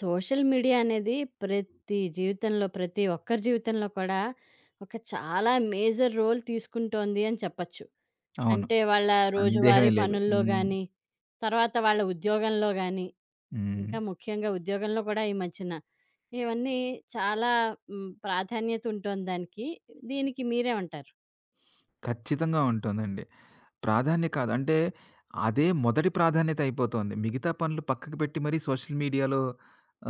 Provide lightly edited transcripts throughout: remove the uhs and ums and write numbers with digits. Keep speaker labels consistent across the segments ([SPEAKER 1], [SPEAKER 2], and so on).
[SPEAKER 1] Social media అనేది ప్రతి జీవితంలో, ప్రతి ఒక్కరి జీవితంలో కూడా ఒక చాలా మేజర్ రోల్ తీసుకుంటోంది అని చెప్పచ్చు.
[SPEAKER 2] అవును.
[SPEAKER 1] అంటే వాళ్ళ
[SPEAKER 2] సందేహమే
[SPEAKER 1] రోజువారీ
[SPEAKER 2] లేదు.
[SPEAKER 1] పనుల్లో
[SPEAKER 2] హ్మ్.
[SPEAKER 1] గానీ, తర్వాత వాళ్ళ ఉద్యోగంలో గానీ,
[SPEAKER 2] హ్మ్.
[SPEAKER 1] ఇంకా ముఖ్యంగా ఉద్యోగంలో కూడా ఈ మధ్యన ఇవన్నీ చాలా ప్రాధాన్యత ఉంటోంది దానికి. దీనికి మీరేమంటారు?
[SPEAKER 2] ఖచ్చితంగా ఉంటుందండి. ప్రాధాన్య కాదు అంటే అదే మొదటి ప్రాధాన్యత అయిపోతోంది. మిగతా పనులు పక్కకు పెట్టి మరీ సోషల్ మీడియాలో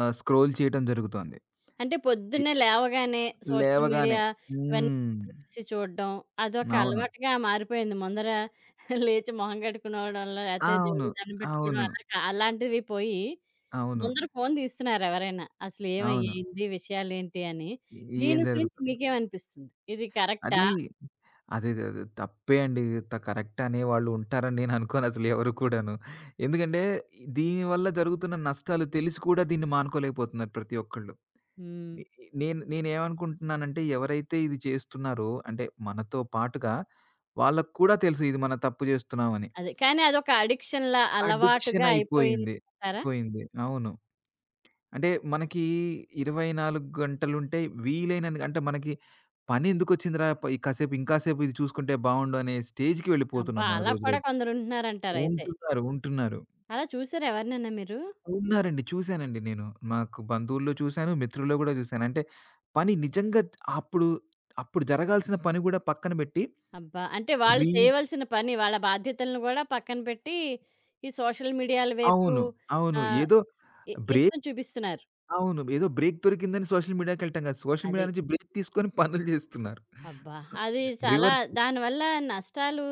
[SPEAKER 2] స్క్రోల్ చేయటం జరుగుతోంది.
[SPEAKER 1] అంటే
[SPEAKER 2] ఇ
[SPEAKER 1] పొద్దున్నే లేవగానే సోషల్
[SPEAKER 2] లేవగానే.
[SPEAKER 1] మీడియా ఇవన్నీ
[SPEAKER 2] హ్మ్.
[SPEAKER 1] ఓపెన్ చేసి చూడడం అదొక
[SPEAKER 2] అవును.
[SPEAKER 1] అలవాటుగా మారిపోయింది. ముందర లేచి మొహం కడుక్కునోవడం, లేతే
[SPEAKER 2] అవును.
[SPEAKER 1] దేవుడికి దండం పెట్టుకోవడం
[SPEAKER 2] అవును.
[SPEAKER 1] అలాంటివి పోయి
[SPEAKER 2] అవును.
[SPEAKER 1] ముందర ఫోను తీస్తున్నారు ఎవరైనా. అసలు
[SPEAKER 2] అవును.
[SPEAKER 1] ఏమయ్యింది, విషయాలేంటి అని.
[SPEAKER 2] ఏం
[SPEAKER 1] దీని గురించి
[SPEAKER 2] జరుగుతుంది?
[SPEAKER 1] మీకేమనిపిస్తుంది? ఇది కరెక్టా?
[SPEAKER 2] అది అదేదేదే తప్పే అండి. కరెక్ట్ అనేవాళ్ళు ఉంటారని నేను అనుకోనసలు ఎవరు కూడాను. ఎందుకంటే దీనివల్ల జరుగుతున్న నష్టాలు తెలిసి కూడా దీన్ని మానుకోలేకపోతున్నారు ప్రతి ఒక్కళ్ళు.
[SPEAKER 1] హ్మ్.
[SPEAKER 2] నే నేను నేనేమనుకుంటున్నానంటే ఎవరైతే ఇది చేస్తున్నారో అంటే మనతో పాటుగా వాళ్ళకి కూడా తెలుసు ఇది మనం తప్పు చేస్తున్నామని.
[SPEAKER 1] అదే. కానీ అదొక అడిక్షన్‌లా
[SPEAKER 2] అడిక్షన్
[SPEAKER 1] అలవాటుగా
[SPEAKER 2] అయిపోయింది.
[SPEAKER 1] అయిపోయిందంటారా?
[SPEAKER 2] అయిపోయింది. అవును. అంటే మనకి 24 గంటలుంటే వీలైనన్ని అంటే మనకి పని ఎందుకొచ్చిందిరా! ఈ కాసేపు ఇంకా సేపు ఇది చూసుకుంటే బావుండు అనే స్టేజ్‌కి
[SPEAKER 1] అబ్బా!
[SPEAKER 2] వెళ్ళిపోతున్నాం మనం
[SPEAKER 1] అలా
[SPEAKER 2] రోజు
[SPEAKER 1] కూడా
[SPEAKER 2] రోజు.
[SPEAKER 1] కొందరుంటున్నారంటారయితే.
[SPEAKER 2] ఉంటున్నారు. ఉంటున్నారు.
[SPEAKER 1] అలా చూసారా ఎవరినైనా మీరు?
[SPEAKER 2] ఉన్నారండి. చూసానండి నేను. నాకు బంధువుల్లో చూసాను. మిత్రుల్లో గూడా చూసాను. అంటే పని నిజంగా అప్పుడు, అప్పుడు జరగాల్సిన పని గూడా పక్కన బెట్టి
[SPEAKER 1] అబ్బా! అంటే వాళ్ళు
[SPEAKER 2] రీల్స్.
[SPEAKER 1] చేయవలసిన పని, వాళ్ళ బాధ్యతలను గూడా పక్కన పెట్టి, ఈ సోషల్ మీడియాల వైపు
[SPEAKER 2] అవును. అవును.
[SPEAKER 1] ఆహ్,
[SPEAKER 2] ఏదో
[SPEAKER 1] ఇ ఇష్టం
[SPEAKER 2] బ్రేక్.
[SPEAKER 1] చూపిస్తున్నారు.
[SPEAKER 2] అవును. ఏదో బ్రేక్ దొరికిందని సోషల్ మీడియాకెళ్ళటం గాదు. సోషల్
[SPEAKER 1] అది.
[SPEAKER 2] మీడియా నుంచి బ్రేక్ తీసుకొని పనులు జేస్తున్నారు.
[SPEAKER 1] అబ్బా! అది చాలా
[SPEAKER 2] రివర్స్.
[SPEAKER 1] దానివల్ల నష్టాలు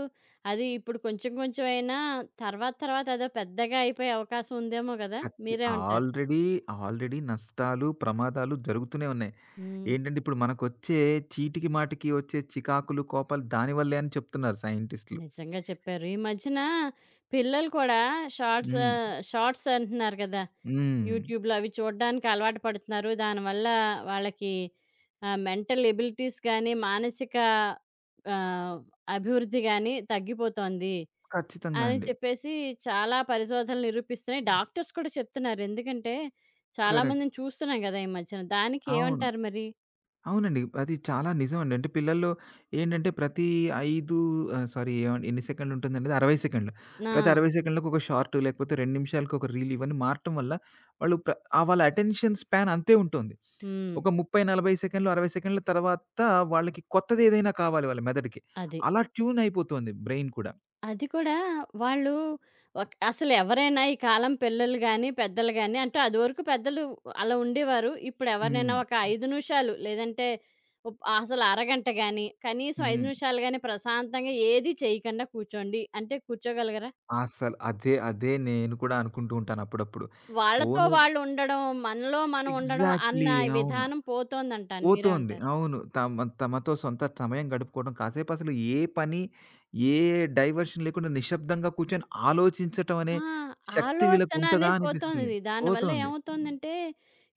[SPEAKER 1] అది ఇప్పుడు కొంచెం కొంచెం అయినా తర్వాత తర్వాత అదో పెద్దగా అయిపోయే అవకాశం ఉందేమో గదా!
[SPEAKER 2] ఖచ్చి
[SPEAKER 1] మీరేమంటారు?
[SPEAKER 2] ఆల్రెడీ, ఆల్రెడీ నష్టాలు, ప్రమాదాలు జరుగుతూనే ఉన్నాయి.
[SPEAKER 1] హ్మ్.
[SPEAKER 2] ఏంటంటే, ఇప్పుడు మనకొచ్చే చీటికి మాటికి వచ్చే చికాకులు, కోపాలు దానివల్లే అని చెప్తున్నారు సైంటిస్టులు.
[SPEAKER 1] నిజంగా చెప్పారు. ఈ మధ్యన పిల్లలు కూడా
[SPEAKER 2] హ్మ్.
[SPEAKER 1] షార్ట్స్ అంటున్నారు గదా!
[SPEAKER 2] హ్మ్.
[SPEAKER 1] యూట్యూబ్‌లో అవి చూడ్డానికి అలవాటు పడుతున్నారు. దానివల్ల వాళ్ళకి మెంటల్ ఎబిలిటీస్ గానీ, మానసిక ఆహ్, అభివృద్ధి గానీ తగ్గిపోతోంది
[SPEAKER 2] ఖచ్చితంగా
[SPEAKER 1] అని
[SPEAKER 2] అండి.
[SPEAKER 1] చెప్పేసి చాలా పరిశోధనలు నిరూపిస్తున్నాయి. డాక్టర్స్ కూడా చెప్తున్నారు. ఎందుకంటే, చాలా
[SPEAKER 2] కరెక్ట్.
[SPEAKER 1] మందిని చూస్తున్నాం గదా! ఈ మధ్యన. దానికి
[SPEAKER 2] అవును.
[SPEAKER 1] ఏమంటారు మరి?
[SPEAKER 2] అవునండి. అది చాలా నిజమండి. అంటే పిల్లల్లో ఏంటంటే ప్రతి 5 ఆహ్, సారీ ఏవండి ఎన్ని సెకండ్లు ఉంటుందనేది 60 సెకండ్లు. ప్రతి
[SPEAKER 1] ఆ!
[SPEAKER 2] 60 సెకండ్లకు ఒక షార్ట్ లేకపోతే 2 నిమిషాలకు ఒక రీల్ ఇవన్నీ మారటం వల్ల వాళ్ళు ప్ర వాళ్ళ అటెన్షన్ స్పాన్ అంతే ఉంటుంది.
[SPEAKER 1] హ్మ్.
[SPEAKER 2] ఒక 30, 40 సెకండ్లు, 60 సెకండ్ల తర్వాత వాళ్ళకి కొత్తది ఏదైనా కావాలి వాళ్ళ మెదడుకి.
[SPEAKER 1] అది.
[SPEAKER 2] అలా ట్యూన్ అయిపోతుంది బ్రెయిన్ కూడా.
[SPEAKER 1] అది కూడా వాళ్ళు అసలెవరైనా ఈ కాలం పిల్లలు గానీ, పెద్దలు గానీ అంటే అదివరకు పెద్దలు అలా ఉండేవారు.
[SPEAKER 2] హ్మ్.
[SPEAKER 1] ఇప్పుడెవరినైనా ఒక 5 నిమిషాలు లేదంటే అసలు అరగంట గానీ, కనీసం 5
[SPEAKER 2] హ్మ్.
[SPEAKER 1] నిమిషాలు గానీ ప్రశాంతంగా ఏది చేయకుండా కూర్చోండి అంటే కూర్చోగలగరా?
[SPEAKER 2] అసలు అదే నేను కూడా అనుకుంటూ ఉంటాను అప్పుడప్పుడు.
[SPEAKER 1] వాళ్ళతో
[SPEAKER 2] ఫోను
[SPEAKER 1] వాళ్ళు ఉండడం, మనలో మనం ఉండడం అన్న
[SPEAKER 2] ఎగ్జాక్ట్‌లీ. అవును.
[SPEAKER 1] విధానం పోతోందంటాను.
[SPEAKER 2] పోతోంది.
[SPEAKER 1] మీరేమంటారు?
[SPEAKER 2] అవును. తమ తమతో సొంత సమయం గడుపుకోవడం, కాసేపసలు ఏ డైవర్షన్ లేకుండా నిశ్శబ్దంగా కూర్చొని ఆలోచించటం అనే
[SPEAKER 1] ఆ!
[SPEAKER 2] శక్తి
[SPEAKER 1] ఆలోచన
[SPEAKER 2] వీళ్ళకుంటదా
[SPEAKER 1] అనేది
[SPEAKER 2] అనిపిస్తుంది.
[SPEAKER 1] పోతోంది. దానివల్ల
[SPEAKER 2] పోతోంది.
[SPEAKER 1] ఏమవుతోందంటే,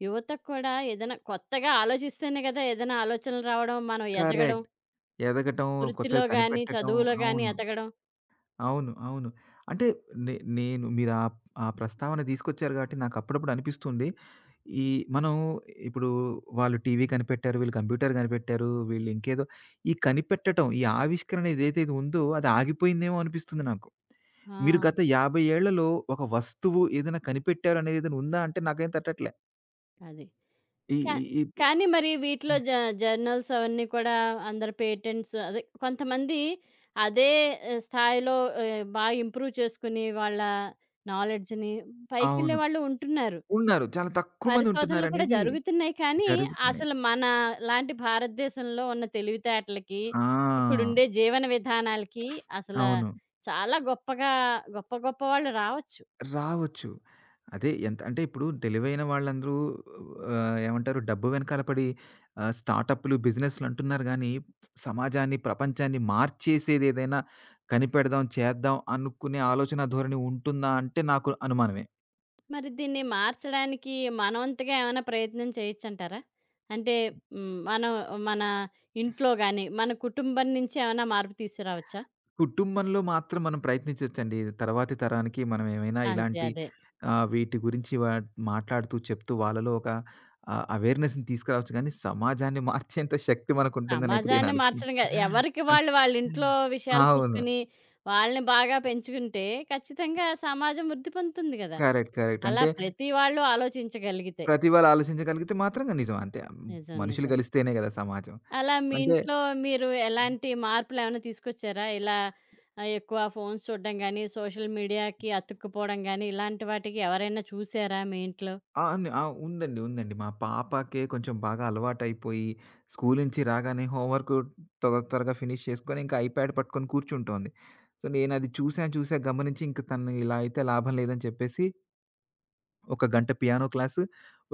[SPEAKER 1] యువతకు కూడా ఏదైనా కొత్తగా ఆలోచిస్తేనే కదా! ఏదైనా ఆలోచనలు రావడం, మనం ఎదగడం.
[SPEAKER 2] కరెక్ట్. ఎదగటం, కొత్తవి
[SPEAKER 1] వృత్తిలో గాని,
[SPEAKER 2] కనిపెట్టటం.
[SPEAKER 1] చదువులో గాని
[SPEAKER 2] అవును.
[SPEAKER 1] ఎదగడం.
[SPEAKER 2] అవును. అవును. అంటే నే నేను మీరు ఆ ప్రస్తావన తీసుకొచ్చారు కాబట్టి నాకు అప్పుడప్పుడు అనిపిస్తుంది. ఈ మనం ఇప్పుడు వాళ్ళు టీవీ కనిపెట్టారు, వీళ్ళు కంప్యూటర్ కనిపెట్టారు, వీళ్ళు ఇంకేదో. ఈ కనిపెట్టటం, ఈ ఆవిష్కరణ ఏదైతే ఇది ఉందో అది ఆగిపోయిందేమో అనిపిస్తుంది నాకు. మీరు
[SPEAKER 1] ఆ!
[SPEAKER 2] గత 50 ఏళ్లలో ఒక వస్తువు ఏదైనా కనిపెట్టారు అనేది ఏదైనా ఉందా అంటే నాకేం తట్టట్లే.
[SPEAKER 1] అది.
[SPEAKER 2] ఈ
[SPEAKER 1] కా
[SPEAKER 2] ఈ ఈ
[SPEAKER 1] కానీ మరి వీటిలో జర్నల్స్ అవన్నీ కూడా అందరి పేటెంట్స్ అదే కొంతమంది అదే స్థాయిలో బాగా ఇంప్రూవ్ చేసుకుని వాళ్ళ నాలెడ్జ్‌ని పైకెళ్ళే
[SPEAKER 2] అవును.
[SPEAKER 1] వాళ్ళు ఉంటున్నారు.
[SPEAKER 2] ఉన్నారు. చాలా తక్కువ మంది
[SPEAKER 1] పరిశోధనలు కూడా
[SPEAKER 2] ఉంటున్నారనేది.
[SPEAKER 1] జరుగుతున్నాయి కానీ,
[SPEAKER 2] జరుగుతున్నాయి.
[SPEAKER 1] అసలు మన లాంటి భారతదేశంలో ఉన్న తెలివితేటలకి,
[SPEAKER 2] ఆ!
[SPEAKER 1] ఇక్కడుండే జీవన విధానాలకి అసల
[SPEAKER 2] అవును.
[SPEAKER 1] చాలా గొప్పగా గొప్ప గొప్ప వాళ్ళు రావచ్చు.
[SPEAKER 2] రావచ్చు. అదే ఎంత అంటే ఇప్పుడు తెలివైన వాళ్ళందరూ ఏమంటారు డబ్బు వెనకాల పడి స్టార్టప్‌లు, బిజినెస్‌లు అంటున్నారు గానీ, సమాజాన్ని, ప్రపంచాన్ని మార్చేసేదేదైనా కనిపెడదాం, చేద్దాం అనుకునే ఆలోచన ధోరణి ఉంటుందా అంటే నాకు అనుమానమే.
[SPEAKER 1] మరి దీన్ని మార్చడానికి మనవంతుగా ఏమైనా ప్రయత్నం చేయొచ్చంటారా? అంటే మనం మన ఇంట్లో గాని, మన కుటుంబం నుంచి ఏమైనా మార్పు తీసుకురావచ్చా?
[SPEAKER 2] కుటుంబంలో మాత్రం మనం ప్రయత్నించొచ్చండి. తర్వాతి తరానికి మనం ఏమైనా
[SPEAKER 1] అంతే.
[SPEAKER 2] ఇలాంటి
[SPEAKER 1] అదే.
[SPEAKER 2] వీటి గురించి మాట్లాడుతూ, చెప్తూ వాళ్ళలో ఒక అవేర్‌నెస్‌ని తీసుకురావచ్చు గానీ, సమాజాన్ని మార్చేంత శక్తి మనకుంటుందనైతే నేను
[SPEAKER 1] సమాజాన్ని మార్చడం
[SPEAKER 2] అనుకుంటున్నాను.
[SPEAKER 1] కాదు. ఎవరికి వాళ్ళు వాళ్ళ ఇంట్లో విషయాలు
[SPEAKER 2] అవును.
[SPEAKER 1] చూసుకుని, వాళ్ళని బాగా పెంచుకుంటే ఖచ్చితంగా సమాజం వృద్ధి పొందుతుంది గదా!
[SPEAKER 2] కరెక్ట్. కరెక్ట్.
[SPEAKER 1] అలా
[SPEAKER 2] అంటే
[SPEAKER 1] ప్రతి వాళ్ళు ఆలోచించగలిగితే.
[SPEAKER 2] ప్రతి వాళ్ళు ఆలోచించగలిగితే మాత్రం నిజం అంతే.
[SPEAKER 1] నిజం.
[SPEAKER 2] మనుషులు
[SPEAKER 1] నిజం.
[SPEAKER 2] కలిస్తేనే గదా సమాజం.
[SPEAKER 1] అలా మీ
[SPEAKER 2] అంటే
[SPEAKER 1] ఇంట్లో మీరు ఎలాంటి మార్పులేమైనా తీసుకొచ్చారా? ఇలా ఎక్కువ ఫోన్స్ చూడడం గానీ, సోషల్ మీడియాకి అతుక్కుపోవడం గానీ, ఇలాంటి వాటికి ఎవరైనా చూసారా మీ ఇంట్లో?
[SPEAKER 2] ఆ! ఉందండి. ఉందండి. మా పాపకే కొంచెం బాగా అలవాటైపోయి, స్కూలు నుంచి రాగానే హోంవర్కు త్వరగా ఫినిష్ చేసుకొని, ఇంకా ఐప్యాడ్ పట్టుకొని కూర్చుంటోంది. సో, నేనది చూసా గమనించి ఇంక తను ఇలా అయితే లాభం లేదని చెప్పేసి, ఒక గంట పియానో క్లాసు,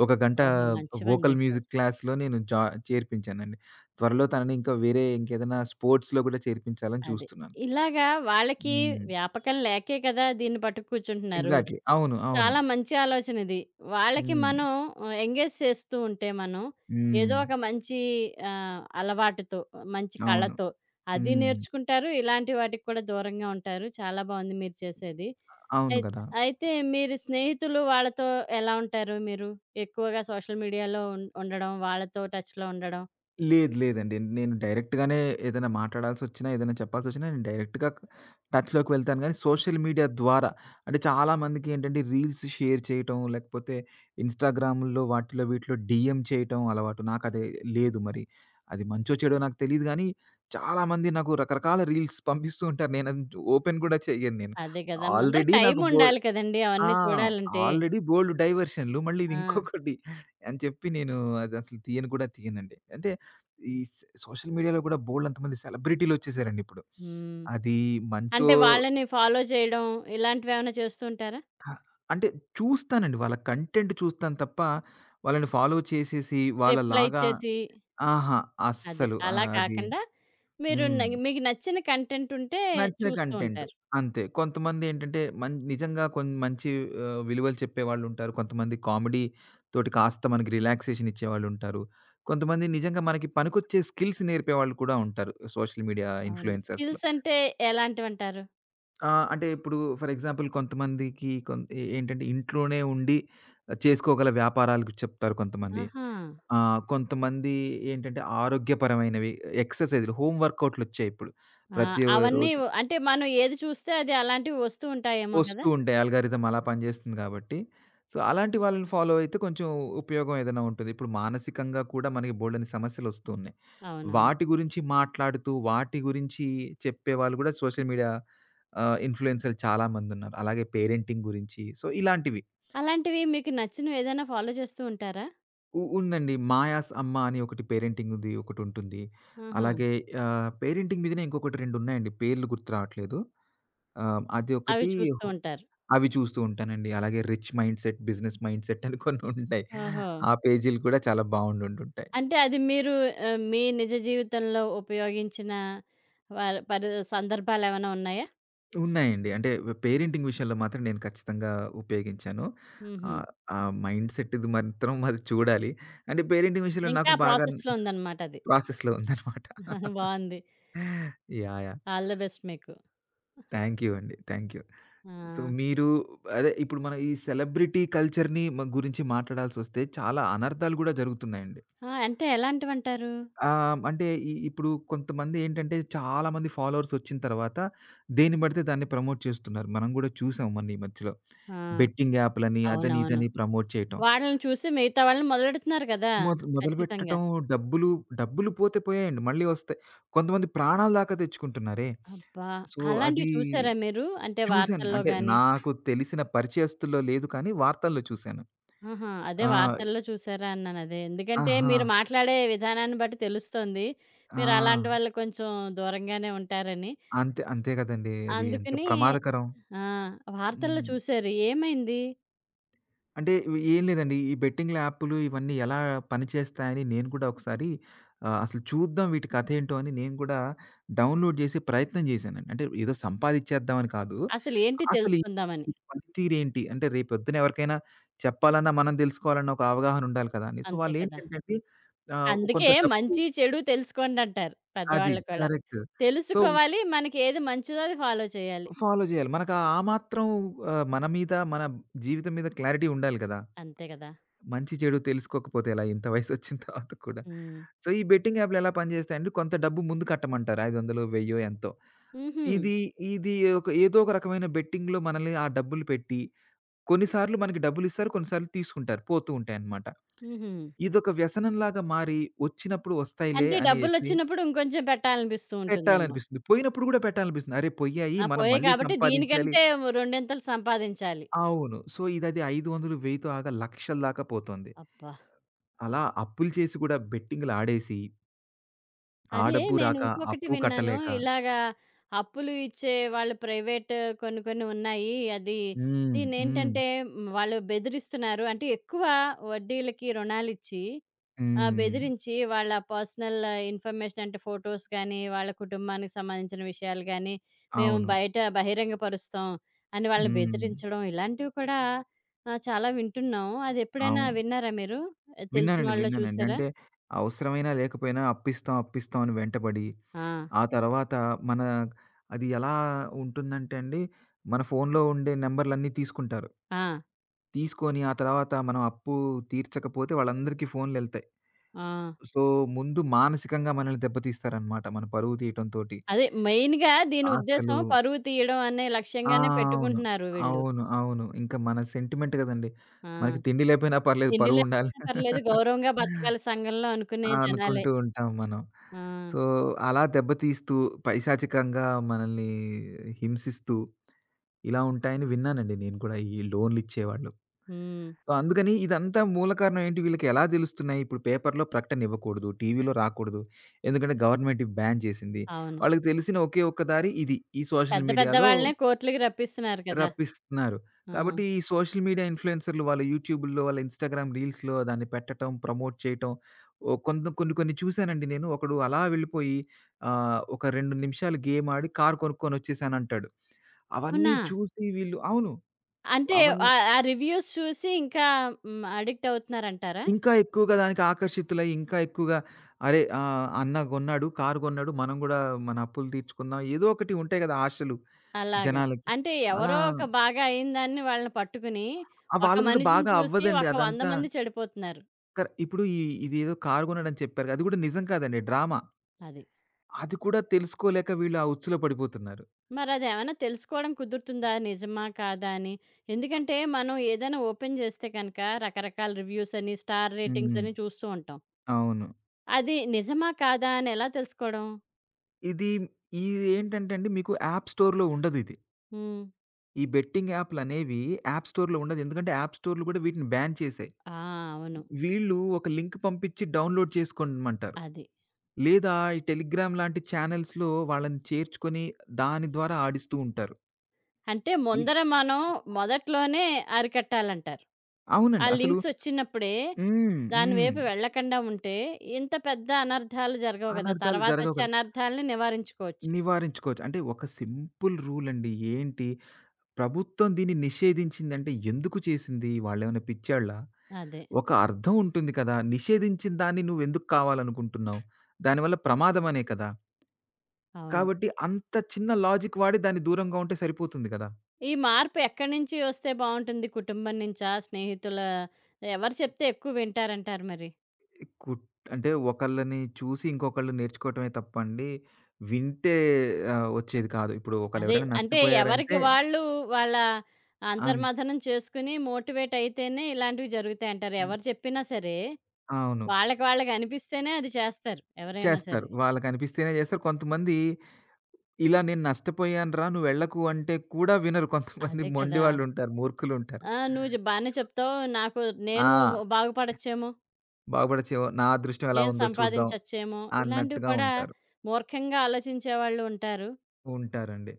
[SPEAKER 2] ఒక గంట
[SPEAKER 1] ఓహో! మంచి పని
[SPEAKER 2] వోకల్
[SPEAKER 1] చేశారు.
[SPEAKER 2] మ్యూజిక్ క్లాస్‌లో నేను చేర్పించానండి. త్వరలో తనని ఇంకా వేరే ఇంకేదైనా స్పోర్ట్స్‌లో కూడా చేర్పించాలని
[SPEAKER 1] అది.
[SPEAKER 2] చూస్తున్నాను.
[SPEAKER 1] ఇలాగా వాళ్ళకి
[SPEAKER 2] హ్మ్.
[SPEAKER 1] వ్యాపకం లేకే కదా! దీన్ని పట్టుకు కూర్చుంటున్నారు.
[SPEAKER 2] ఎగ్జాక్ట్‌లీ. అవును. అవును.
[SPEAKER 1] చాలా మంచి ఆలోచనిది. వాళ్ళకి
[SPEAKER 2] హ్మ్.
[SPEAKER 1] మనం ఎంగేజ్ చేస్తూ ఉంటే మనం, ఏదో
[SPEAKER 2] హ్మ్.
[SPEAKER 1] ఒక మంచి అలవాటుతో, మంచి
[SPEAKER 2] అవును.
[SPEAKER 1] కళతో అది
[SPEAKER 2] హ్మ్.
[SPEAKER 1] నేర్చుకుంటారు. ఇలాంటి వాటికి కూడా దూరంగా ఉంటారు. చాలా బావుంది మీరు చేసేది.
[SPEAKER 2] అవును
[SPEAKER 1] అయి
[SPEAKER 2] కదా!
[SPEAKER 1] అయితే మీరు స్నేహితులు వాళ్ళతో ఎలా ఉంటారు మీరు? ఎక్కువగా సోషల్ మీడియాలో ఉండడం, వాళ్ళతో టచ్‌లో ఉండడం.
[SPEAKER 2] లేదు లేదండి. నేను డైరెక్ట్‌గానే ఏదైనా మాట్లాడాల్సొచ్చినా, ఏదైనా చెప్పాల్సొచ్చినా నేను డైరెక్ట్‌గా టచ్‌లోకి వెళ్తాను గానీ, సోషల్ మీడియా ద్వారా అంటే చాలామందికి ఏంటంటే రీల్స్ షేర్ చేయటం, లేకపోతే ఇన్‌స్టాగ్రామ్‌లో వాటిలో వీటిలో డీఎం చేయటం అలవాటు. నాకది లేదు మరి. అది మంచో చెడో నాకు తెలీదు గానీ, చాలామంది నాకు రకరకాల రీల్స్ పంపిస్తూ ఉంటారు. నేనది ఓపెన్ గూడా చెయ్యను నేను.
[SPEAKER 1] అదే కదా! ముందర
[SPEAKER 2] ఆల్రెడీ
[SPEAKER 1] టైం
[SPEAKER 2] నాకు బో
[SPEAKER 1] ఉండాలి కదండీ!
[SPEAKER 2] ఆ!
[SPEAKER 1] అవన్నీ చూడాలంటే.
[SPEAKER 2] ఆల్రెడీ బోలెడు డైవర్షన్‌లు. మళ్ళీ ఇది
[SPEAKER 1] ఆ!
[SPEAKER 2] ఇంకొకటి అని చెప్పి నేను అదసలు తీయను తీయనండి. అంటే ఈ స్ సోషల్ మీడియాలో కూడా బోలెడంతమంది సెలబ్రిటీలొచ్చేసారండి ఇప్పుడు.
[SPEAKER 1] హ్మ్.
[SPEAKER 2] అది మంచో
[SPEAKER 1] అంటే వాళ్ళని ఫాలో చేయడం ఇలాంటివేమైనా చేస్తూ ఉంటారా?
[SPEAKER 2] అ అంటే చూస్తానండి. వాళ్ళ కంటెంట్ చూస్తాను తప్ప, వాళ్ళని ఫాలో చేసేసి
[SPEAKER 1] రిప్లై
[SPEAKER 2] వాళ్ళలాగా.
[SPEAKER 1] ఇచ్చేసి
[SPEAKER 2] ఆహా!
[SPEAKER 1] అది.
[SPEAKER 2] అస్సలు.
[SPEAKER 1] అలా
[SPEAKER 2] అది
[SPEAKER 1] కాకుండా మీరు
[SPEAKER 2] హ్మ్.
[SPEAKER 1] మీకు నచ్చిన కంటెంట్ ఉంటే
[SPEAKER 2] నచ్చిన
[SPEAKER 1] చూస్తూ
[SPEAKER 2] కంటెంట్.
[SPEAKER 1] ఉంటారు.
[SPEAKER 2] అంతే. కొంతమందేంటంటే నిజంగా కొన్ని మంచి విలువలు చెప్పేవాళ్ళుంటారు. కొంతమంది కామెడీ తోటి కాస్త మనకి రిలాక్సేషన్ ఇచ్చేవాళ్ళుంటారు. కొంతమంది నిజంగా మనకి పనికొచ్చే స్కిల్స్ నేర్పేవాళ్ళు కూడా ఉంటారు. సోషల్ మీడియా
[SPEAKER 1] అవును.
[SPEAKER 2] ఇన్‌ఫ్లుయెన్సర్స్‌లో.
[SPEAKER 1] స్కిల్స్ అంటే ఎలాంటివంటారు?
[SPEAKER 2] అంటే ఇప్పుడు ఫర్ ఎగ్జాంపుల్ కొంతమందికి కొన్ ఏ ఏంటంటే ఇంట్లోనే ఉండి చేసుకోగల వ్యాపారాలకు చెప్తారు కొంతమంది.
[SPEAKER 1] ఆహా!
[SPEAKER 2] కొంతమంది ఏంటంటే ఆరోగ్యపరమైనవి ఎక్సర్‌సైజ్‌లు హోమ్ వర్కౌట్‌లొచ్చాయి ఇప్పుడు.
[SPEAKER 1] ఆ!
[SPEAKER 2] ప్రతి రోజు
[SPEAKER 1] అంటే మనం ఏది చూస్తే అది అలాంటివి వస్తూ ఉంటాయేమో
[SPEAKER 2] వస్తూ
[SPEAKER 1] కదా!
[SPEAKER 2] ఉంటాయి. అల్గారిథం అలా పనిజేస్తుంది గాబట్టి. సో, అలాంటి వాళ్ళని ఫాలో అయితే కొంచెం ఉపయోగం ఏదైనా ఉంటుంది. ఇప్పుడు మానసికంగా కూడా మనకి బోలెడన్ని సమస్యలొస్తూ ఉన్నాయి.
[SPEAKER 1] అవునవును.
[SPEAKER 2] వాటి గురించి మాట్లాడుతూ, వాటి గురించి చెప్పేవాళ్ళు గూడా సోషల్ మీడియా ఇన్‌ఫ్లుయెన్సర్‌లు చాలామందున్నారు. అలాగే పేరెంటింగ్ గురించి. సో, ఇలాంటివి.
[SPEAKER 1] అలాంటివి మీకు నచ్చినవి ఏదైనా ఫాలో చేస్తూ ఉంటారా?
[SPEAKER 2] ఉందండి. 'మాయాస్ అమ్మ' అని ఒకటి పేరెంటింగ్‌ది ఒకటుంటుంది.
[SPEAKER 1] ఆహా!
[SPEAKER 2] అలాగే పేరెంటింగ్ మీదనే ఇంకొకటి రెండున్నాయండి. పేర్లు గుర్తు రావట్లేదు. ఆ! అది
[SPEAKER 1] అవి
[SPEAKER 2] ఒకటి
[SPEAKER 1] చూస్తూ
[SPEAKER 2] హో
[SPEAKER 1] ఉంటారు.
[SPEAKER 2] అవి చూస్తూ ఉంటానండి. అలాగే 'rich mindset', 'business mindset' అని కొన్ని ఉంటాయి.
[SPEAKER 1] ఓహో!
[SPEAKER 2] ఆ పేజీలు కూడా చాలా బావుండుంటుంటాయి.
[SPEAKER 1] అంటే అది మీరు మీ నిజ జీవితంలో ఉపయోగించిన వారు పరి సందర్భాలేమైనా ఉన్నాయా?
[SPEAKER 2] ఉన్నాయండి. అంటే పేరెంటింగ్ విషయంలో మాత్రం నేను ఖచ్చితంగా ఉపయోగించాను.
[SPEAKER 1] హుహు.
[SPEAKER 2] ఆహ్, ఆ మైండ్ సెట్‌ది మాత్రం అది చూడాలి. అంటే పేరెంటింగ్ విషయంలో నాకు
[SPEAKER 1] ఇంకా
[SPEAKER 2] బాగా
[SPEAKER 1] ప్రాసెస్‌లో ఉందన్నమాట అది.
[SPEAKER 2] ప్రాసెస్‌లో ఉందనమాట.
[SPEAKER 1] బావుంది.
[SPEAKER 2] యాహ్!
[SPEAKER 1] ఆల్ ద బెస్ట్ మీకు.
[SPEAKER 2] థ్యాంక్ యూ అండి. Thank you. సో,
[SPEAKER 1] ఆ!
[SPEAKER 2] మీరు అదే ఇప్పుడు మనం ఈ సెలబ్రిటీ కల్చర్‌ని గురించి మాట్లాడాల్సొస్తే చాలా అనర్థాలు కూడా జరుగుతున్నాయండి.
[SPEAKER 1] ఆ! అంటే ఎలాంటివంటారు?
[SPEAKER 2] అంటే ఇప్పుడు కొంతమందేంటంటే చాలామంది ఫాలోవర్స్ వచ్చిన తర్వాత దేన్ని బడితే దాన్ని ప్రమోట్ చేస్తున్నారు. మనం గూడా చూసాం మొన్న ఈ మధ్యలో.
[SPEAKER 1] ఆ!
[SPEAKER 2] బెట్టింగ్ యాప్‌లని అదని
[SPEAKER 1] అవునవును.
[SPEAKER 2] ఇదని ప్రమోట్ చేయటం.
[SPEAKER 1] వాళ్ళని చూసి మిగతా వాళ్ళని మొదలెడుతున్నారు కదా! ఖచ్చితంగా.
[SPEAKER 2] మొదలుపెట్టటం. డబ్బులు, డబ్బులు పోతే పోయాయండి మళ్ళీ వస్తాయి. కొంతమంది ప్రాణాల దాకా తెచ్చుకుంటున్నారే.
[SPEAKER 1] అబ్బా!
[SPEAKER 2] సో,
[SPEAKER 1] అలాంటివి
[SPEAKER 2] అది
[SPEAKER 1] చూసారా మీరు? అంటే
[SPEAKER 2] చూసాను.
[SPEAKER 1] వార్తల్లో
[SPEAKER 2] అంటే
[SPEAKER 1] గాని?
[SPEAKER 2] నాకు తెలిసిన పరిచయస్తుల్లో లేదు కానీ వార్తల్లో చూసాను.
[SPEAKER 1] ఆహా! అదే
[SPEAKER 2] ఆ!
[SPEAKER 1] వార్తల్లో చూసారా అన్నాను అదే. ఎందుకంటే
[SPEAKER 2] ఆహా!
[SPEAKER 1] మీరు మాట్లాడే విధానాన్ని బట్టి తెలుస్తోంది.
[SPEAKER 2] ఆ!
[SPEAKER 1] మీరు అలాంటి వాళ్ళు కొంచెం దూరంగానే ఉంటారని.
[SPEAKER 2] అంతే అంతే గదండీ! అది ఎంత
[SPEAKER 1] అందుకని
[SPEAKER 2] ప్రమాదకరం.
[SPEAKER 1] ఆ! వార్తల్లో
[SPEAKER 2] హ్మ్.
[SPEAKER 1] చూసారు. ఏమైంది?
[SPEAKER 2] అంటే ఇవి ఏం లేదండి. ఈ బెట్టింగ్‌ల యాపులు ఇవన్నీ ఎలా పనిచేస్తాయని నేను కూడా ఒకసారి అసలు చూద్దాం వీటి కథేంటో అని నేను కూడా డౌన్‌లోడ్ చేసే ప్రయత్నం చేశానండి. అంటే ఏదో సంపాదిచ్చేద్దామని కాదు.
[SPEAKER 1] అసలేంటి
[SPEAKER 2] అసలు
[SPEAKER 1] తెలుసుకుందామని.
[SPEAKER 2] వీటి పనితీరేంటి? అంటే రేపొద్దున ఎవరికైనా చెప్పాలన్నా, మనం తెలుసుకోవాలన్న ఒక అవగాహన ఉండాలి కదా అండి. సో,
[SPEAKER 1] అంతే కదా!
[SPEAKER 2] వాళ్ళేంటంటే అండి కొంత
[SPEAKER 1] అందుకే
[SPEAKER 2] డబ్బు.
[SPEAKER 1] మంచి, చెడు తెలుసుకోండంటారు
[SPEAKER 2] అది.
[SPEAKER 1] పెద్దవాళ్ళు కూడా.
[SPEAKER 2] కరెక్ట్. సో,
[SPEAKER 1] తెలుసుకోవాలి. మనకి ఏది మంచిదో అది ఫాలో చేయాలి.
[SPEAKER 2] ఫాలో చేయాలి. మనకు ఆ ఆ మాత్రం మన మీద, మన జీవితం మీద క్లారిటీ ఉండాలి కదా!
[SPEAKER 1] అంతే కదా!
[SPEAKER 2] మంచి చెడు తెలుసుకోకపోతే ఎలా ఇంత వయసొచ్చిన తర్వాత కూడా.
[SPEAKER 1] హ్మ్.
[SPEAKER 2] సో, ఈ బెట్టింగ్ యాప్‌లు ఎలా పనిజేస్తాయంటే కొంత డబ్బు ముందు కట్టమంటారు. 500 వెయ్యో ఎంతో.
[SPEAKER 1] హుహు.
[SPEAKER 2] ఇది ఇది ఒక ఏదో ఒక రకమైన బెట్టింగ్‌లో మనల్ని ఆ డబ్బులు పెట్టి కొన్నిసార్లు మనకి డబ్బులిస్తారు. కొన్నిసార్లు తీసుకుంటారు. పోతూ ఉంటాయన్నమాట.
[SPEAKER 1] హుహు.
[SPEAKER 2] ఇదొక వ్యసనంలాగా మారి వచ్చినప్పుడు వస్తాయిలే
[SPEAKER 1] అంటే
[SPEAKER 2] అని జెప్పి
[SPEAKER 1] డబ్బులొచ్చినప్పుడు ఇంకొంచెం పెట్టాలనిపిస్తూ ఉంటుందేమో.
[SPEAKER 2] పెట్టాలనిపిస్తుంది. పోయినప్పుడు గూడా పెట్టాలనిపిస్తుంది. అరే! పొయ్యాయి
[SPEAKER 1] ఆ!
[SPEAKER 2] మనం
[SPEAKER 1] పోయాయి
[SPEAKER 2] మళ్ళీ
[SPEAKER 1] కాబట్టి
[SPEAKER 2] సంపాదించాలి.
[SPEAKER 1] దీనికంటే ఓ రెండింతలు సంపాదించాలి.
[SPEAKER 2] అవును. సో, ఇదది 500, 1000తో ఆగా లక్షల దాకా పోతుంది.
[SPEAKER 1] అబ్బా!
[SPEAKER 2] అలా అప్పులు చేసి గూడా బెట్టింగులు ఆడేసి ఆ
[SPEAKER 1] అదే
[SPEAKER 2] డబ్బు
[SPEAKER 1] నేను
[SPEAKER 2] రాక,
[SPEAKER 1] ఇంకొకటి
[SPEAKER 2] అప్పు
[SPEAKER 1] విన్నాను.
[SPEAKER 2] కట్టలేక.
[SPEAKER 1] ఇలాగా అప్పులు ఇచ్చే వాళ్ళు ప్రైవేట్ కొన్ని కొన్ని ఉన్నాయి. అది
[SPEAKER 2] హ్మ్. హ్మ్.
[SPEAKER 1] దీన్నేంటంటే, వాళ్ళు బెదిరిస్తున్నారు. అంటే ఎక్కువ వడ్డీలకి రుణాలిచ్చి ఆ!
[SPEAKER 2] హ్మ్.
[SPEAKER 1] బెదిరించి వాళ్ళ పర్సనల్ ఇన్ఫర్మేషన్ అంటే ఫోటోస్ గానీ, వాళ్ళ కుటుంబానికి సంబంధించిన విషయాలు గానీ, మేము
[SPEAKER 2] అవును.
[SPEAKER 1] బయట బహిరంగపరుస్తాం అని వాళ్ళని
[SPEAKER 2] హ్మ్.
[SPEAKER 1] బెదిరించడం ఇలాంటివి కూడా చాలా వింటున్నాం. అదెప్పుడైనా
[SPEAKER 2] అవును.
[SPEAKER 1] విన్నారా మీరు? ఆ, తెలిసిన
[SPEAKER 2] విన్నానండి.
[SPEAKER 1] వాళ్ళో
[SPEAKER 2] విన్నానండి.
[SPEAKER 1] చూసారా?
[SPEAKER 2] అంటే అవసరమైనా, లేకపోయినా అప్పిస్తాం అని వెంటపడి,
[SPEAKER 1] ఆ!
[SPEAKER 2] ఆ తర్వాత మన అది ఎలా ఉంటుందంటే అండి, మన ఫోన్‌లో ఉండే నంబర్‌లన్నీ తీసుకుంటారు.
[SPEAKER 1] ఆ!
[SPEAKER 2] తీసుకొని ఆ తర్వాత మనం అప్పు తీర్చకపోతే వాళ్ళందరికీ ఫోన్‌లెళ్తాయి.
[SPEAKER 1] ఆ!
[SPEAKER 2] సో, ముందు మానసికంగా మనల్ని దెబ్బతీస్తారనమాట. మన పరువు తీయటంతోటి.
[SPEAKER 1] అదే మెయిన్‌గా దీని
[SPEAKER 2] అసలు
[SPEAKER 1] ఉద్దేశ్యం పరువు తీయడం అనే
[SPEAKER 2] ఆ!
[SPEAKER 1] లక్ష్యంగానే
[SPEAKER 2] అవును.
[SPEAKER 1] పెట్టుకుంటున్నారు వీళ్ళు.
[SPEAKER 2] అవును. అవును. ఇంకా మన సెంటిమెంట్ గదండీ.
[SPEAKER 1] ఆ!
[SPEAKER 2] మనకి తిండి లేపోయినా పర్లేదు
[SPEAKER 1] తిండి
[SPEAKER 2] పరువుండాలి.
[SPEAKER 1] లేకపోయినా పర్లేదు గౌరవంగా బతకాలి సంఘంలో అనుకునే జనాలే.
[SPEAKER 2] అనుకుంటూ ఉంటాం మనం.
[SPEAKER 1] ఆ!
[SPEAKER 2] సో, అలా దెబ్బతీస్తూ, పైశాచికంగా మనల్ని హింసిస్తూ, ఇలా ఉంటాయని విన్నానండి నేను కూడా ఈ లోన్‌లిచ్చేవాళ్ళు.
[SPEAKER 1] హ్మ్.
[SPEAKER 2] సో, అందుకని ఇదంతా మూల కారణం ఏంటి వీళ్ళకెలా దెలుస్తున్నాయి? ఇప్పుడు పేపర్‌లో ప్రకటనివ్వకూడదు. టీవీలో రాకూడదు. ఎందుకంటే గవర్నమెంట్ ఇవి బ్యాన్ చేసింది.
[SPEAKER 1] అవును.
[SPEAKER 2] వాళ్ళకి తెలిసిన ఒకే ఒక్క దారి ఇది. ఈ సోషల్
[SPEAKER 1] పెద్ద పెద్ద
[SPEAKER 2] మీడియాలో.
[SPEAKER 1] వాళ్ళనే కోర్ట్‌లకి రప్పిస్తున్నారు కదా!
[SPEAKER 2] రప్పిస్తున్నారు.
[SPEAKER 1] ఆ!
[SPEAKER 2] కాబట్టి ఈ సోషల్ మీడియా ఇన్‌ఫ్లూయెన్సర్‌లు వాళ్ళ యూట్యూబుల్లో, వాళ్ళ ఇన్‌స్టాగ్రామ్ రీల్స్‌లో దాన్ని పెట్టటం, ప్రమోట్ చేయటం. ఓహ్! కొన్ని కొన్ని చూసానండి నేను. ఒకడు అలా వెళ్ళిపోయి ఒక 2 నిమిషాలు గేమ్ ఆడి కారు కొనుక్కొనొచ్చేసానంటాడు. అవన్నీ
[SPEAKER 1] అవునా?
[SPEAKER 2] చూసి వీళ్ళు అవును.
[SPEAKER 1] అంటే
[SPEAKER 2] అవన్నీ
[SPEAKER 1] ఆ రివ్యూస్ చూసి ఇంకా హ్మ్. అడిక్ట్ అవుతున్నారంటారా?
[SPEAKER 2] ఇంకా ఎక్కువగా దానికి ఆకర్షితులై ఇంకా ఎక్కువగా అరే! అన్న కొన్నాడు, కారు కొన్నాడు. మనం గూడా మన అప్పులు తీర్చుకుందాం. ఏదో ఒకటి ఉంటాయి గదా! ఆశలు
[SPEAKER 1] అలాగా.
[SPEAKER 2] జనాలకి.
[SPEAKER 1] అంటే
[SPEAKER 2] అలా
[SPEAKER 1] ఎవరో ఒక బాగా అయిందాన్ని వాళ్ళని పట్టుకుని,
[SPEAKER 2] ఆ!
[SPEAKER 1] ఒక
[SPEAKER 2] వాళ్ళది గూడా
[SPEAKER 1] మనిషిని
[SPEAKER 2] బాగా
[SPEAKER 1] చూసి
[SPEAKER 2] అవ్వదండి
[SPEAKER 1] ఒక 100
[SPEAKER 2] అదంతా.
[SPEAKER 1] మంది చెడిపోతున్నారు.
[SPEAKER 2] ఇప్పుడు ఇదేదో కారు కొన్నాడని చెప్పారు. కదా! అది కూడా నిజం కాదండి. డ్రామా.
[SPEAKER 1] అది.
[SPEAKER 2] అది కూడా తెలుసుకోలేక వీళ్ళు ఆ ఉచ్చులో పడిపోతున్నారు.
[SPEAKER 1] మరదేమన్నా తెలుసుకోవడం కుదురుతుందా? నిజమా? కాదా? అని. ఎందుకంటే మనం ఏదైనా ఓపెన్ చేస్తే కనుక రకరకాల రివ్యూస్ అని, స్టార్ రేటింగ్స్
[SPEAKER 2] హ్మ్.
[SPEAKER 1] అని చూస్తూ ఉంటాం.
[SPEAKER 2] అవును.
[SPEAKER 1] అది నిజమా? కాదా? అని ఎలా తెలుసుకోవడం?
[SPEAKER 2] ఇది ఇది ఏంటంటే అండి మీకు యాప్ స్టోర్‌లో ఉండదిది.
[SPEAKER 1] హ్మ్.
[SPEAKER 2] ఈ బెట్టింగ్ యాప్‌లనేవి యాప్ స్టోర్‌లో ఉండదు. ఎందుకంటే యాప్ స్టోర్‌లు కూడా వీటిని బ్యాన్ చేశాయి.
[SPEAKER 1] ఆ! అవును.
[SPEAKER 2] వీళ్ళు ఒక లింక్ పంపించి డౌన్‌లోడ్ చేసుకోమంటారు.
[SPEAKER 1] అది.
[SPEAKER 2] లేదా ఈ టెలిగ్రామ్ లాంటి ఛానెల్స్‌లో వాళ్ళని చేర్చుకొని దాని ద్వారా ఆడిస్తూ ఉంటారు.
[SPEAKER 1] అంటే
[SPEAKER 2] ఇది
[SPEAKER 1] ముందర మనం మొదట్లోనే అరికట్టాలంటారు. ఆ
[SPEAKER 2] అవునండి. అసలు
[SPEAKER 1] లింక్స్ వచ్చినప్పుడే
[SPEAKER 2] హ్మ్.
[SPEAKER 1] దాని
[SPEAKER 2] హ్మ్.
[SPEAKER 1] వైపు వెళ్ళకుండా ఉంటే ఇంత పెద్ద అనర్థాలు జరగవు కదా!
[SPEAKER 2] అనర్థాలు జరగవు
[SPEAKER 1] తర్వాతొచ్చే
[SPEAKER 2] కదా!
[SPEAKER 1] అనర్థాలని నివారించుకోవచ్చు.
[SPEAKER 2] నివారించుకోవచ్చు. అంటే ఒక సింపుల్ రూల్ అండి. ఏంటి, ప్రభుత్వం దీన్ని నిషేధించిందంటే ఎందుకు చేసింది? వాళ్ళేమైనా పిచ్చోళ్ళా?
[SPEAKER 1] అదే.
[SPEAKER 2] ఒక అర్థం ఉంటుంది కదా! నిషేధించిన దాన్ని నువ్వెందుకు కావాలనుకుంటున్నావు? దానివల్ల ప్రమాదమనే కదా!
[SPEAKER 1] అవును.
[SPEAKER 2] కాబట్టి అంత చిన్న లాజిక్ వాడి దాన్ని దూరంగా ఉంటే సరిపోతుంది కదా!
[SPEAKER 1] ఈ మార్పు ఎక్కడి నుంచి వస్తే బావుంటుంది? కుటుంబం నుంచా? స్నేహితుల ఎవరు చెప్తే ఎక్కువ వింటారంటారు మరి?
[SPEAKER 2] కుట్ అంటే ఒకళ్ళని చూసి ఇంకొకళ్ళు నేర్చుకోవటమే తప్పండి, వింటే వచ్చేది కాదు. ఇప్పుడు
[SPEAKER 1] అదే.
[SPEAKER 2] ఒకళ్ళెవరైనా
[SPEAKER 1] అంటే
[SPEAKER 2] నష్టపోయారంటే
[SPEAKER 1] ఎవరికి వాళ్ళు వాళ్ళ
[SPEAKER 2] అన్
[SPEAKER 1] అంతర్మథనం చేసుకుని మోటివేట్ అయితేనే ఇలాంటివి జరుగుతాయంటారు. ఎవరు చెప్పినా సరే
[SPEAKER 2] అవును.
[SPEAKER 1] వాళ్ళకి వాళ్ళకనిపిస్తేనే అది చేస్తారు. ఎవరైనా
[SPEAKER 2] చేస్తారు.
[SPEAKER 1] సరే.
[SPEAKER 2] వాళ్ళకనిపిస్తేనే చేస్తారు. కొంతమంది ఇలా నేను నష్టపోయానురా నువ్వెళ్ళకు అంటే కూడా వినరు కొంతమంది
[SPEAKER 1] అదే
[SPEAKER 2] మొండి
[SPEAKER 1] కదా!
[SPEAKER 2] వాళ్ళుంటారు. మూర్ఖులుంటారు.
[SPEAKER 1] ఆ! నువ్వు బానే చెప్తావు. నాకు నేను
[SPEAKER 2] ఆ!
[SPEAKER 1] బాగుపడొచ్చేమో,
[SPEAKER 2] బాగుపడచేవో నా అదృష్టం ఎలా
[SPEAKER 1] నేను
[SPEAKER 2] ఉందో చూద్దాం
[SPEAKER 1] సంపాదించొచ్చేమో, ఇలాంటివి
[SPEAKER 2] అన్నట్టుగా
[SPEAKER 1] కూడా
[SPEAKER 2] ఉంటారు.
[SPEAKER 1] మూర్ఖంగా ఆలోచించేవాళ్ళు ఉంటారు.
[SPEAKER 2] ఉంటారండి.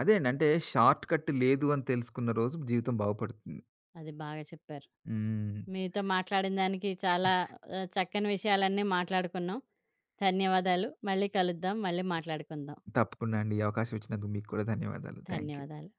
[SPEAKER 2] అదేండి. అంటే షార్ట్ కట్ లేదు అని తెలుసుకున్న రోజు జీవితం బాగుపడుతుంది.
[SPEAKER 1] అది బాగా చెప్పారు.
[SPEAKER 2] హ్మ్.
[SPEAKER 1] మీతో మాట్లాడిన దానికి చాలా చక్కని విషయాలన్నీ మాట్లాడుకున్నాం. ధన్యవాదాలు. మళ్ళీ కలుద్దాం. మళ్ళీ మాట్లాడుకుందాం.
[SPEAKER 2] తప్పకుండా అండి. ఈ అవకాశం ఇచ్చినందుకు మీకు కూడా ధన్యవాదాలు. Thank you.
[SPEAKER 1] ధన్యవాదాలు.